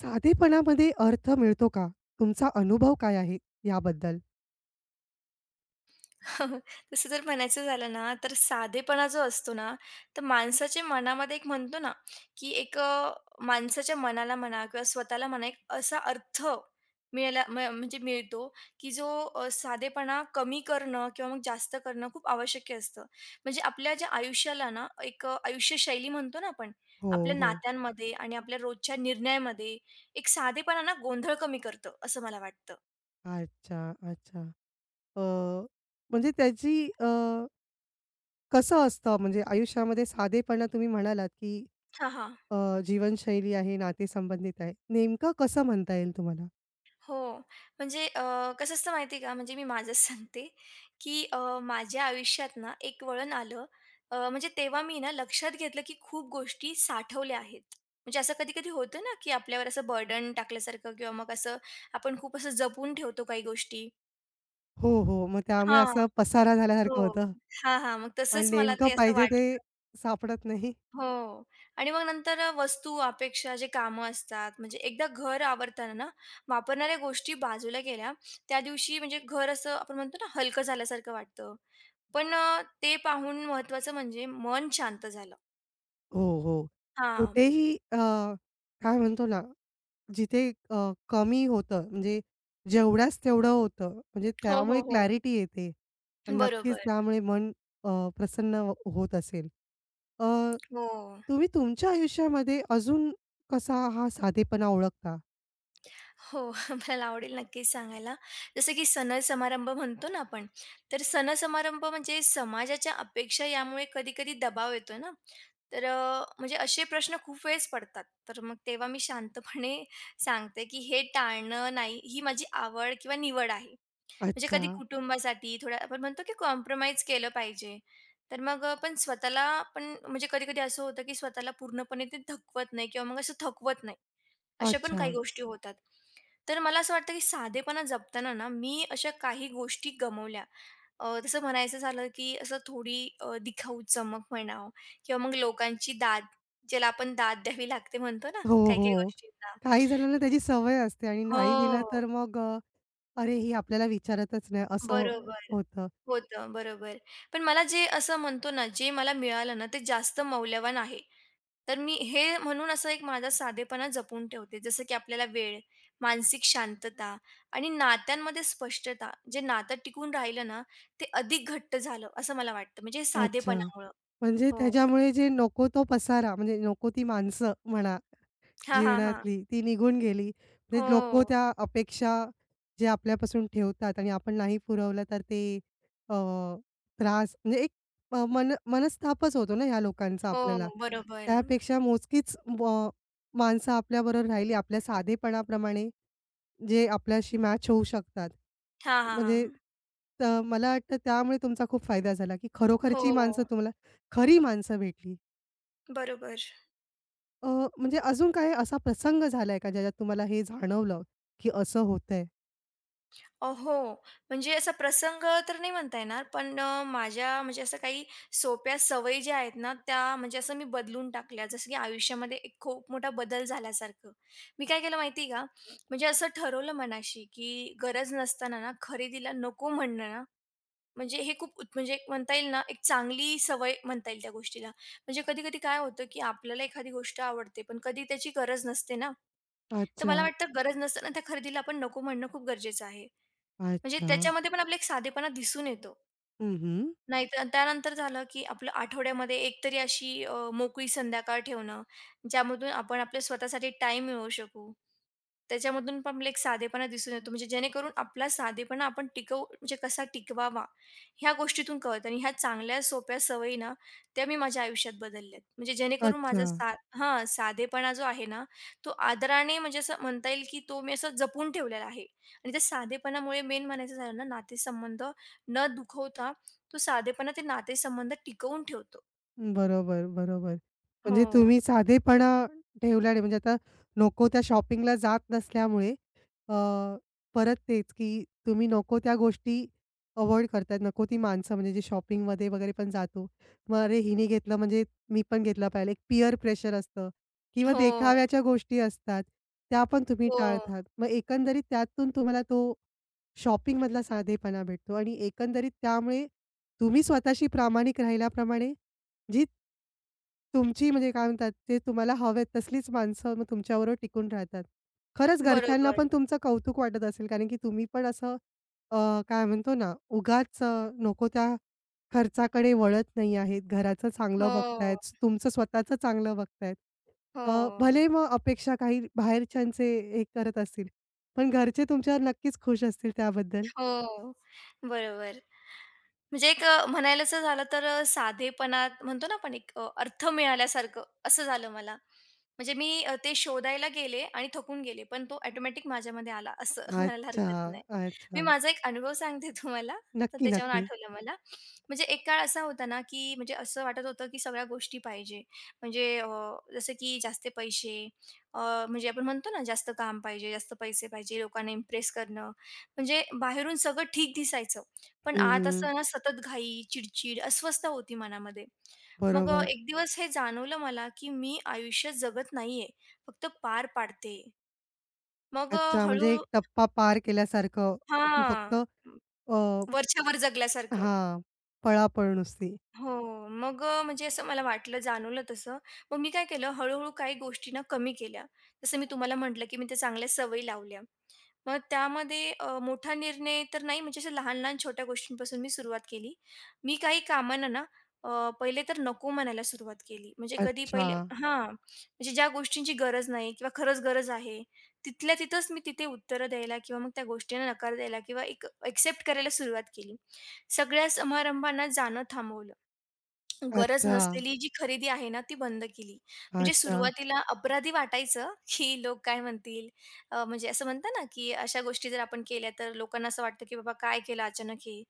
साधेपणामध्ये अर्थ मिळतो का? तुमचा अनुभव काय आहे याबद्दल? तसं जर म्हणायचं झालं ना, तर साधेपणा जो असतो ना, तर माणसाच्या मनामध्ये एक म्हणतो ना, की एक माणसाच्या मनाला म्हणा किंवा स्वतःला म्हणा, एक असा अर्थ मिळायला म्हणजे मिळतो, की जो साधेपणा कमी करणं किंवा मग जास्त करणं खूप आवश्यक असतं. म्हणजे आपल्या ज्या आयुष्याला ना, एक आयुष्यशैली म्हणतो ना आपण, हो, आपल्या हो. नात्यांमध्ये आणि आपल्या रोजच्या निर्णयामध्ये एक साधेपणा ना गोंधळ कमी करतं, असं मला वाटतं. अच्छा, अच्छा. अ, म्हणजे त्याची अ, कसं असतं म्हणजे आयुष्यामध्ये साधेपणा तुम्ही म्हणालात, की हां, हां. अ, जीवनशैली आहे, नातेसंबंधित आहे. नेमकं कसं म्हणता येईल तुम्हाला? हो. म्हणजे कसं असतं माहिती आहे का, म्हणजे मी माझंच सांगते, की माझ्या आयुष्यात ना एक वळण आलं. म्हणजे तेव्हा मी ना लक्षात घेतलं, की खूप गोष्टी साठवल्या आहेत. म्हणजे असं कधी-कधी होतं ना, की आपल्यावर असं बर्डन टाकल्यासारखं किंवा मग असं आपण खूप असं जपून ठेवतो काही गोष्टी. हो, हो. मग त्यामुळे हां. असं पसारा हो. झाल्यासारखं होतं हां, हां. मग आणि तसंच मला नेमकं ते असं पाहिजे ते वाटलं. सापडत नाही. हो. आणि मग नंतर वस्तू, अपेक्षा जे कामं असतात, म्हणजे एकदा घर आवरताना ना, वापरणाऱ्या गोष्टी बाजूला गेल्या, त्या दिवशी म्हणजे घर असं आपण म्हणतो ना, हलकं झाल्यासारखं वाटतं. पण ते पाहून महत्त्वाचं म्हणजे मन शांत झालं. हो, हो. हां. कुठेही काय म्हणतो ना जिथे कमी होतं म्हणजे जेवढ्याच तेवढं होतं. म्हणजे हो, त्यामुळे हो, हो. क्लॅरिटी येते आणि नक्कीच बरोबर. त्यामुळे मन अ, प्रसन्न होत असेल. अ, हो. तुम्ही तुमच्या आयुष्यामध्ये अजून कसा हा साधेपणा ओळखता? हो. मला आवडेल नक्कीच सांगायला. जसं की सण-समारंभ म्हणतो ना आपण, तर सण-समारंभ म्हणजे समाजाच्या अपेक्षा यामुळे कधी-कधी दबाव येतो ना. तर म्हणजे असे प्रश्न खूप वेळेस पडतात. तर मग तेव्हा मी शांतपणे सांगते, की हे टाळणं नाही ही माझी आवड किंवा निवड आहे. म्हणजे अच्छा. कधी कुटुंबासाठी थोडं आपण म्हणतो की कॉम्प्रोमाईज केलं पाहिजे. तर मग पण स्वतःला पण म्हणजे कधी-कधी असं होतं, की स्वतःला पूर्णपणे ते थकवत नाही किंवा मग असं थकवत नाही. अशा पण अच्छा. काही गोष्टी होतात. तर मला असं वाटतं, की साधेपणा जपताना ना, मी अशा काही गोष्टी गमावल्या. तसं म्हणायचं झालं, की असं थोडी दिखाऊ चमक म्हणावं किंवा मग लोकांची दाद, ज्याला आपण दाद द्यावी लागते म्हणतो ना, हो, काही-काही हो. गोष्टींना. काही जणांना त्याची सवय असते आणि नाही दिला हो, तर मग "अरे, ही आपल्याला विचारतच नाही," असं बरोबर. होतं. होतं, बरोबर. पण मला जे असं म्हणतो ना, जे मला मिळालं ना, ते जास्त मौल्यवान आहे. तर मी हे म्हणून असं एक माझा साधेपणा जपून ठेवते. जसं की आपल्याला वेळ, मानसिक शांतता आणि नात्यांमध्ये स्पष्टता. जे नातं टिकून राहिलं ना, ते अधिक घट्ट झालं असं मला वाटतं. म्हणजे अच्छा. साधेपणामुळं. म्हणजे हो. त्याच्यामुळे जे नको तो पसारा म्हणजे नको ती माणसं म्हणा हां, हां, हां. जीवनातली ती निघून गेली. म्हणजे लोकं हो. त्या अपेक्षा जे आपल्यापासून ठेवतात आणि आपण नाही पुरवलं तर ते अ, त्रास म्हणजे एक मन मनस्तापच होतो ना ह्या लोकांचा हो, आपल्याला. बरोबर. त्यापेक्षा मोजकीच माणसं आपल्याबरोबर राहिली आपल्या साधेपणाप्रमाणे जे आपल्याशी मॅच होऊ शकतात. हां, हां, म्हणजे हां. तर मला वाटतं त्यामुळे तुमचा खूप फायदा झाला, की खरोखरची हो, माणसं तुम्हाला खरी माणसं भेटली. बरोबर. अ, म्हणजे अजून काही असा प्रसंग झालाय का ज्याच्यात तुम्हाला हे जाणवलं, की असं होतंय? अहो, हो. म्हणजे असा प्रसंग तर नाही म्हणता येणार, पण माझ्या म्हणजे असं काही सोप्या सवयी ज्या आहेत ना, त्या म्हणजे असं मी बदलून टाकल्या. जसं की आयुष्यामध्ये एक खूप मोठा बदल झाल्यासारखं. मी काय केलं माहिती आहे का? म्हणजे असं ठरवलं मनाशी, की गरज नसताना ना खरेदीला नको म्हणणं ना, म्हणजे हे खूप म्हणजे एक म्हणता येईल ना, एक चांगली सवय म्हणता येईल त्या गोष्टीला. म्हणजे कधी-कधी काय होतं, की आपल्याला एखादी गोष्ट आवडते, पण कधी त्याची गरज नसते ना. तर अच्छा, मला वाटतं गरज नसताना त्या खरेदीला आपण नको म्हणणं खूप गरजेचं आहे. म्हणजे अच्छा. त्याच्यामध्ये पण आपला एक साधेपणा दिसून येतो. हं, हं. नाहीतर आणि त्यानंतर झालं, की आपलं आठवड्यामध्ये एकतरी अशी मोकळी संध्याकाळ ठेवणं, ज्यामधून आपण आपल्या स्वतःसाठी टाईम मिळवू शकू. त्याच्यामधून पण आपल्याला एक साधेपणा दिसून येतो, म्हणजे जेणेकरून आपला साधेपणा आपण टिकवू म्हणजे कसा टिकवावा, ह्या गोष्टीतून कळतं आणि ह्या चांगल्या सोप्या सवयी ना, त्या मी माझ्या आयुष्यात बदलल्यात. म्हणजे जेणेकरून अच्छा. माझा सा हां, साधेपणा जो आहे ना, तो आदराने म्हणजे असं म्हणता येईल, की तो मी असं जपून ठेवलेला आहे आणि त्या साधेपणामुळे मेन म्हणायचं झालं ना, नातेसंबंध न दुखवता तो साधेपणा ते नातेसंबंध टिकवून ठेवतो. बरोबर, बरोबर. हो. म्हणजे तुम्ही साधेपणा ठेवला नाही. म्हणजे आता नको त्या शॉपिंगला जात नसल्यामुळे अ, परत तेच, की तुम्ही नको त्या गोष्टी अव्हॉइड करताय. नको ती माणसं म्हणजे जे शॉपिंगमध्ये वगैरे पण जातो. मग अरे हिने घेतलं म्हणजे मी पण घेतलं पाहिजे. एक पीअर प्रेशर असतं किंवा हो, देखाव्याच्या गोष्टी असतात. त्या पण तुम्ही हो. टाळतात. मग एकंदरीत त्यातून तुम्हाला तो शॉपिंगमधला साधेपणा भेटतो आणि एकंदरीत त्यामुळे तुम्ही स्वतःशी प्रामाणिक राहिल्याप्रमाणे जी तुमची म्हणजे काय म्हणतात, ते तुम्हाला हवेत तसलीच माणसं मग तुमच्याबरोबर टिकून राहतात. खरंच घरच्यांना बरोबर. पण तुमचं कौतुक वाटत असेल, कारण की तुम्ही पण असं अ, काय म्हणतो ना, उगाच नको त्या खर्चाकडे वळत नाही आहेत. घराचं चांगलं बघतायत, हो, तुमचं स्वतःचं चांगलं बघतायत. हो, भले मग अपेक्षा काही बाहेरच्यांचे हे करत असतील, पण घरचे तुमच्यावर नक्कीच खुश असतील त्याबद्दल. हो. बरोबर. म्हणजे एक म्हणायलाच झालं तर साधेपणात म्हणतो ना आपण एक अर्थ मिळाल्यासारखं असं झालं मला. म्हणजे मी ते शोधायला गेले आणि थकून गेले, पण तो ऑटोमॅटिक माझ्यामध्ये आला असं म्हणायला अच्छा, हरकत नाही. मी अच्छा. माझा एक अनुभव सांगते तुम्हाला, तर नक्की, त्याच्यावरून नक्की. नक्की. आठवलं मला. म्हणजे एक काळ असा होता ना, की म्हणजे असं वाटत होतं, की सगळ्या गोष्टी पाहिजे. म्हणजे जसं की जास्त पैसे अ, म्हणजे आपण म्हणतो ना, जास्त काम पाहिजे, जास्त पैसे पाहिजे, लोकांना इम्प्रेस करणं. म्हणजे बाहेरून सगळं ठीक दिसायचं. पण आत हं, असं ना सतत घाई, चिडचिड, अस्वस्थ होती मनामध्ये. मग बरोबर. एक दिवस हे जाणवलं मला, की मी आयुष्य जगत नाहीये, फक्त पार पाडते. मग अच्छा, म्हणजे एक हळू-हळू टप्पा पार केल्यासारखं फक्त हां, अ, वरच्यावर जगल्यासारखं. हां, पळापळ नुसती. हो, मग म्हणजे असं मला वाटलं, जाणवलं तसं. मग मी काय केलं, हळू काही गोष्टी ना कमी केल्या. जसं मी तुम्हाला म्हटलं, की मी त्या चांगल्या सवयी लावल्या. मग त्यामध्ये मोठा निर्णय तर नाही म्हणजे असं लहान-लहान छोट्या गोष्टींपासून मी सुरुवात केली. मी काही कामांना ना पहिले तर नको म्हणायला सुरुवात केली. म्हणजे कधी अच्छा, पहिले हां, म्हणजे ज्या गोष्टींची गरज नाही किंवा खरंच गरज आहे, तिथल्या तिथंच मी तिथे उत्तरं द्यायला किंवा मग त्या गोष्टींना नकार द्यायला किंवा एक एक्सेप्ट करायला सुरुवात केली. सगळ्या समारंभांना जाणं थांबवलं. गरज अच्छा, नसलेली जी खरेदी आहे ना, ती बंद केली. म्हणजे अच्छा. सुरुवातीला अपराधी वाटायचं, की लोक काय म्हणतील? म्हणजे असं म्हणतात ना, की अशा गोष्टी जर आपण केल्या, तर लोकांना असं वाटतं, की बाबा काय केलं अचानक हे?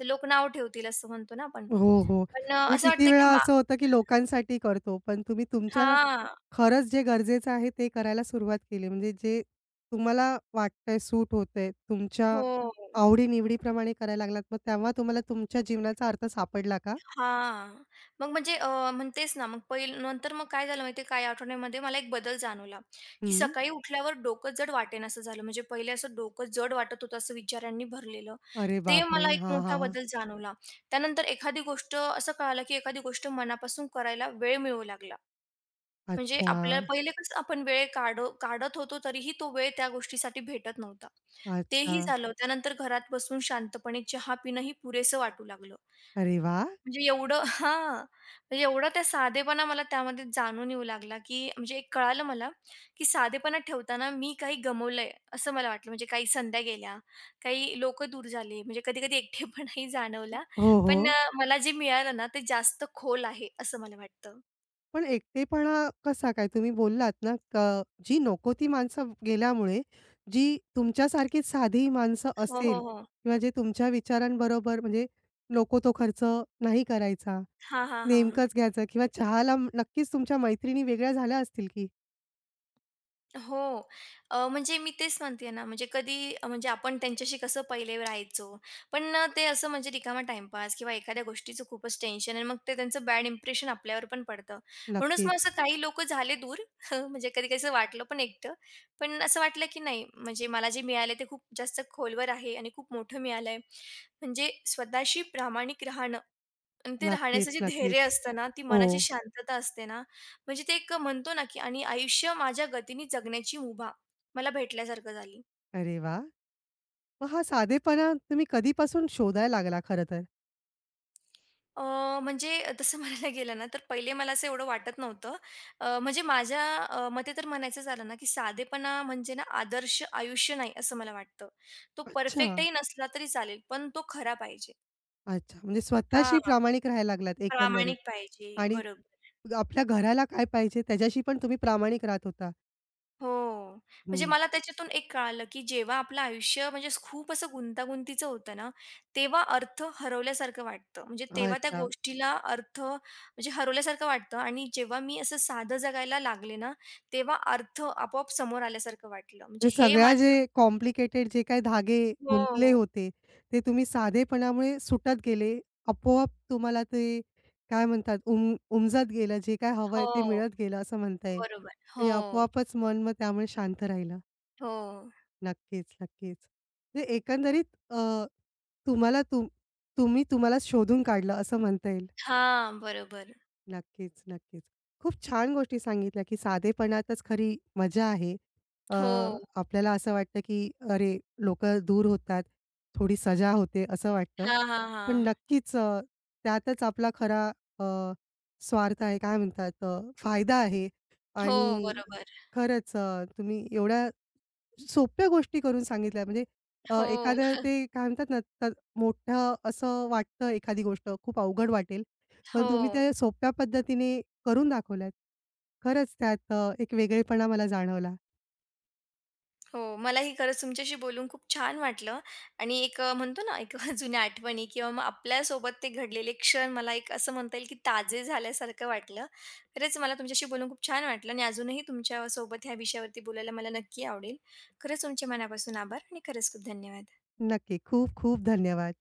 तर लोक नाव ठेवतील असं म्हणतो ना आपण. हो, हो. पण म्हणजे असं किती वाटतं, वेळा की मा असं होतं, की लोकांसाठी करतो, पण तुम्ही तुमच्या हां. खरंच जे गरजेचं आहे ते करायला सुरुवात केली. म्हणजे जे तुम्हाला वाटतंय, सूट होतंय, हो. तुमच्या आवडी-निवडीप्रमाणे करायला लागलात. मग तेव्हा तुम्हाला तुमच्या जीवनाचा अर्थ सापडला का? हा, मग म्हणजे म्हणतेच ना, मग पहिलं नंतर मग काय झालं माहिती आहे, काही आठवड्यांमध्ये मला एक बदल जाणवला, की हं. सकाळी उठल्यावर डोकं जड वाटेनासं झालं. म्हणजे पहिले असं डोकं जड वाटत होतं, असं विचारांनी भरलेलं. अरे ते बापरे! मला एक हां, मोठा हां. बदल जाणवला. त्यानंतर एखादी गोष्ट असं कळालं, की एखादी गोष्ट मनापासून करायला वेळ मिळू लागला. म्हणजे अच्छा, आपल्याला पहिले कसं आपण वेळ काढत होतो, तरीही तो वेळ त्या गोष्टीसाठी भेटत नव्हता. अच्छा. तेही झालं. त्यानंतर घरात बसून शांतपणे चहा पिणंही पुरेसं वाटू लागलं. अरे वाह! म्हणजे एवढं हां. म्हणजे एवढा त्या साधेपणा मला त्यामध्ये जाणून येऊ लागला, की म्हणजे एक कळालं मला, की साधेपणा ठेवताना मी काही गमावलंय, असं मला वाटलं. म्हणजे काही संध्या गेल्या, काही लोकं दूर झाले, म्हणजे कधी-कधी एकटेपणाही जाणवला. हो, पण हो. मला जे मिळालं ना, ते जास्त खोल आहे, असं मला वाटतं. पण एकटेपणा कसा काय? तुम्ही बोललात ना जी नको ती माणसं गेल्यामुळे जी तुमच्यासारखी साधी माणसं हो, असेल हो, हो. किंवा जे तुमच्या विचारांबरोबर म्हणजे नको तो खर्च नाही करायचा, हां, हां, हां. नेमकंच घ्यायचं किंवा चहाला नक्कीच तुमच्या मैत्रिणी वेगळ्या झाल्या असतील की? हो. म्हणजे मी तेच म्हणते ना, म्हणजे कधी म्हणजे आपण त्यांच्याशी कसं पहिले राहायचो. पण ते असं म्हणजे रिकामा टाईमपास किंवा एखाद्या गोष्टीचं खूपच टेन्शन आणि मग ते त्यांचं बॅड इम्प्रेशन आपल्यावर पण पडतं. म्हणूनच मग नक्कीच, असं काही लोकं झाले दूर म्हणजे कधी-कधी असं वाटलं पण एकटं. पण असं वाटलं की नाही म्हणजे मला जे मिळालंय ते खूप जास्त खोलवर आहे आणि खूप मोठं मिळालंय. म्हणजे स्वतःशी प्रामाणिक राहणं आणि ते नक्कीच, राहण्याचं जे धैर्य नक्कीच. असतं ना, ती हो. मनाची शांतता असते ना, म्हणजे ते एक म्हणतो ना, की आणि आयुष्य माझ्या गतीने जगण्याची मुभा मला भेटल्यासारखं झाली. अरे वाह! मग हा साधेपणा तुम्ही कधीपासून शोधायला लागला खरं तर? अ, म्हणजे तसं म्हणायला गेलं ना, तर पहिले मला असं एवढं वाटत नव्हतं. म्हणजे माझ्या मते तर म्हणायचं झालं ना, की साधेपणा म्हणजे ना, आदर्श आयुष्य नाही असं मला वाटतं. तो अच्छा, परफेक्टही नसला तरी चालेल, पण तो खरा पाहिजे. अच्छा. म्हणजे स्वतःशी हां, प्रामाणिक राहायला लागलात एकंदरीत प्रामाणिक पाहिजे. आणि बरोबर. आपल्या घराला काय पाहिजे त्याच्याशी पण तुम्ही प्रामाणिक राहत होता. हो. म्हणजे हं. मला त्याच्यातून एक कळालं, की जेव्हा आपलं आयुष्य म्हणजे खूप असं गुंतागुंतीचं होतं ना, तेव्हा अर्थ हरवल्यासारखं वाटतं. म्हणजे तेव्हा त्या अच्छा. गोष्टीला अर्थ म्हणजे हरवल्यासारखं वाटतं आणि जेव्हा मी असं साधं जगायला लागले ना, तेव्हा अर्थ आपोआप समोर आल्यासारखं वाटलं. म्हणजे म्हणजे हे सगळ्या माझं जे कॉम्प्लिकेटेड जे काही धागे गुंतले हो, होते, ते तुम्ही साधेपणामुळे सुटत गेले. आपोआप तुम्हाला ते काय म्हणतात उमजत गेलं. जे काय हवंय ते हो. मिळत गेलं असं म्हणता येईल बरोबर. हो, आणि आपोआपच मन मग त्यामुळे शांत राहिलं. हो. नक्कीच, नक्कीच. म्हणजे एकंदरीत अ, तुम्हाला तुम्ही तुम्हाला शोधून काढलं असं म्हणता येईल. हां, बरोबर. नक्कीच, नक्कीच. खूप छान गोष्टी सांगितल्या, की साधेपणातच खरी मजा आहे. अ, हो. आपल्याला असं वाटतं, की अरे, लोकं दूर होतात, थोडी सजा होते असं वाटतं. हां, हां, पण हां. नक्कीच त्यातच आपला खरा अ, स्वार्थ आहे, काय म्हणतात फायदा आहे हो, आणि बरोबर. खरंच तुम्ही एवढ्या सोप्या गोष्टी करून सांगितल्या. म्हणजे हो, एखाद्या ते काय म्हणतात ना, तर मोठं असं वाटतं एखादी गोष्ट खूप अवघड वाटेल. पण तुम्ही हो. त्या सोप्या पद्धतीने करून दाखवल्यात. खरंच त्यात एक वेगळेपणा मला जाणवला. हो, मलाही खरंच तुमच्याशी बोलून खूप छान वाटलं आणि एक म्हणतो ना एक जुन्या आठवणी किंवा मग आपल्यासोबत ते घडलेले क्षण मला एक असं म्हणता येईल की ताजे झाल्यासारखं वाटलं. खरंच मला तुमच्याशी बोलून खूप छान वाटलं आणि अजूनही तुमच्यासोबत ह्या विषयावरती बोलायला मला नक्की आवडेल. खरंच तुमचे मनापासून आभार आणि खरंच खूप धन्यवाद. नक्की. खूप खूप धन्यवाद.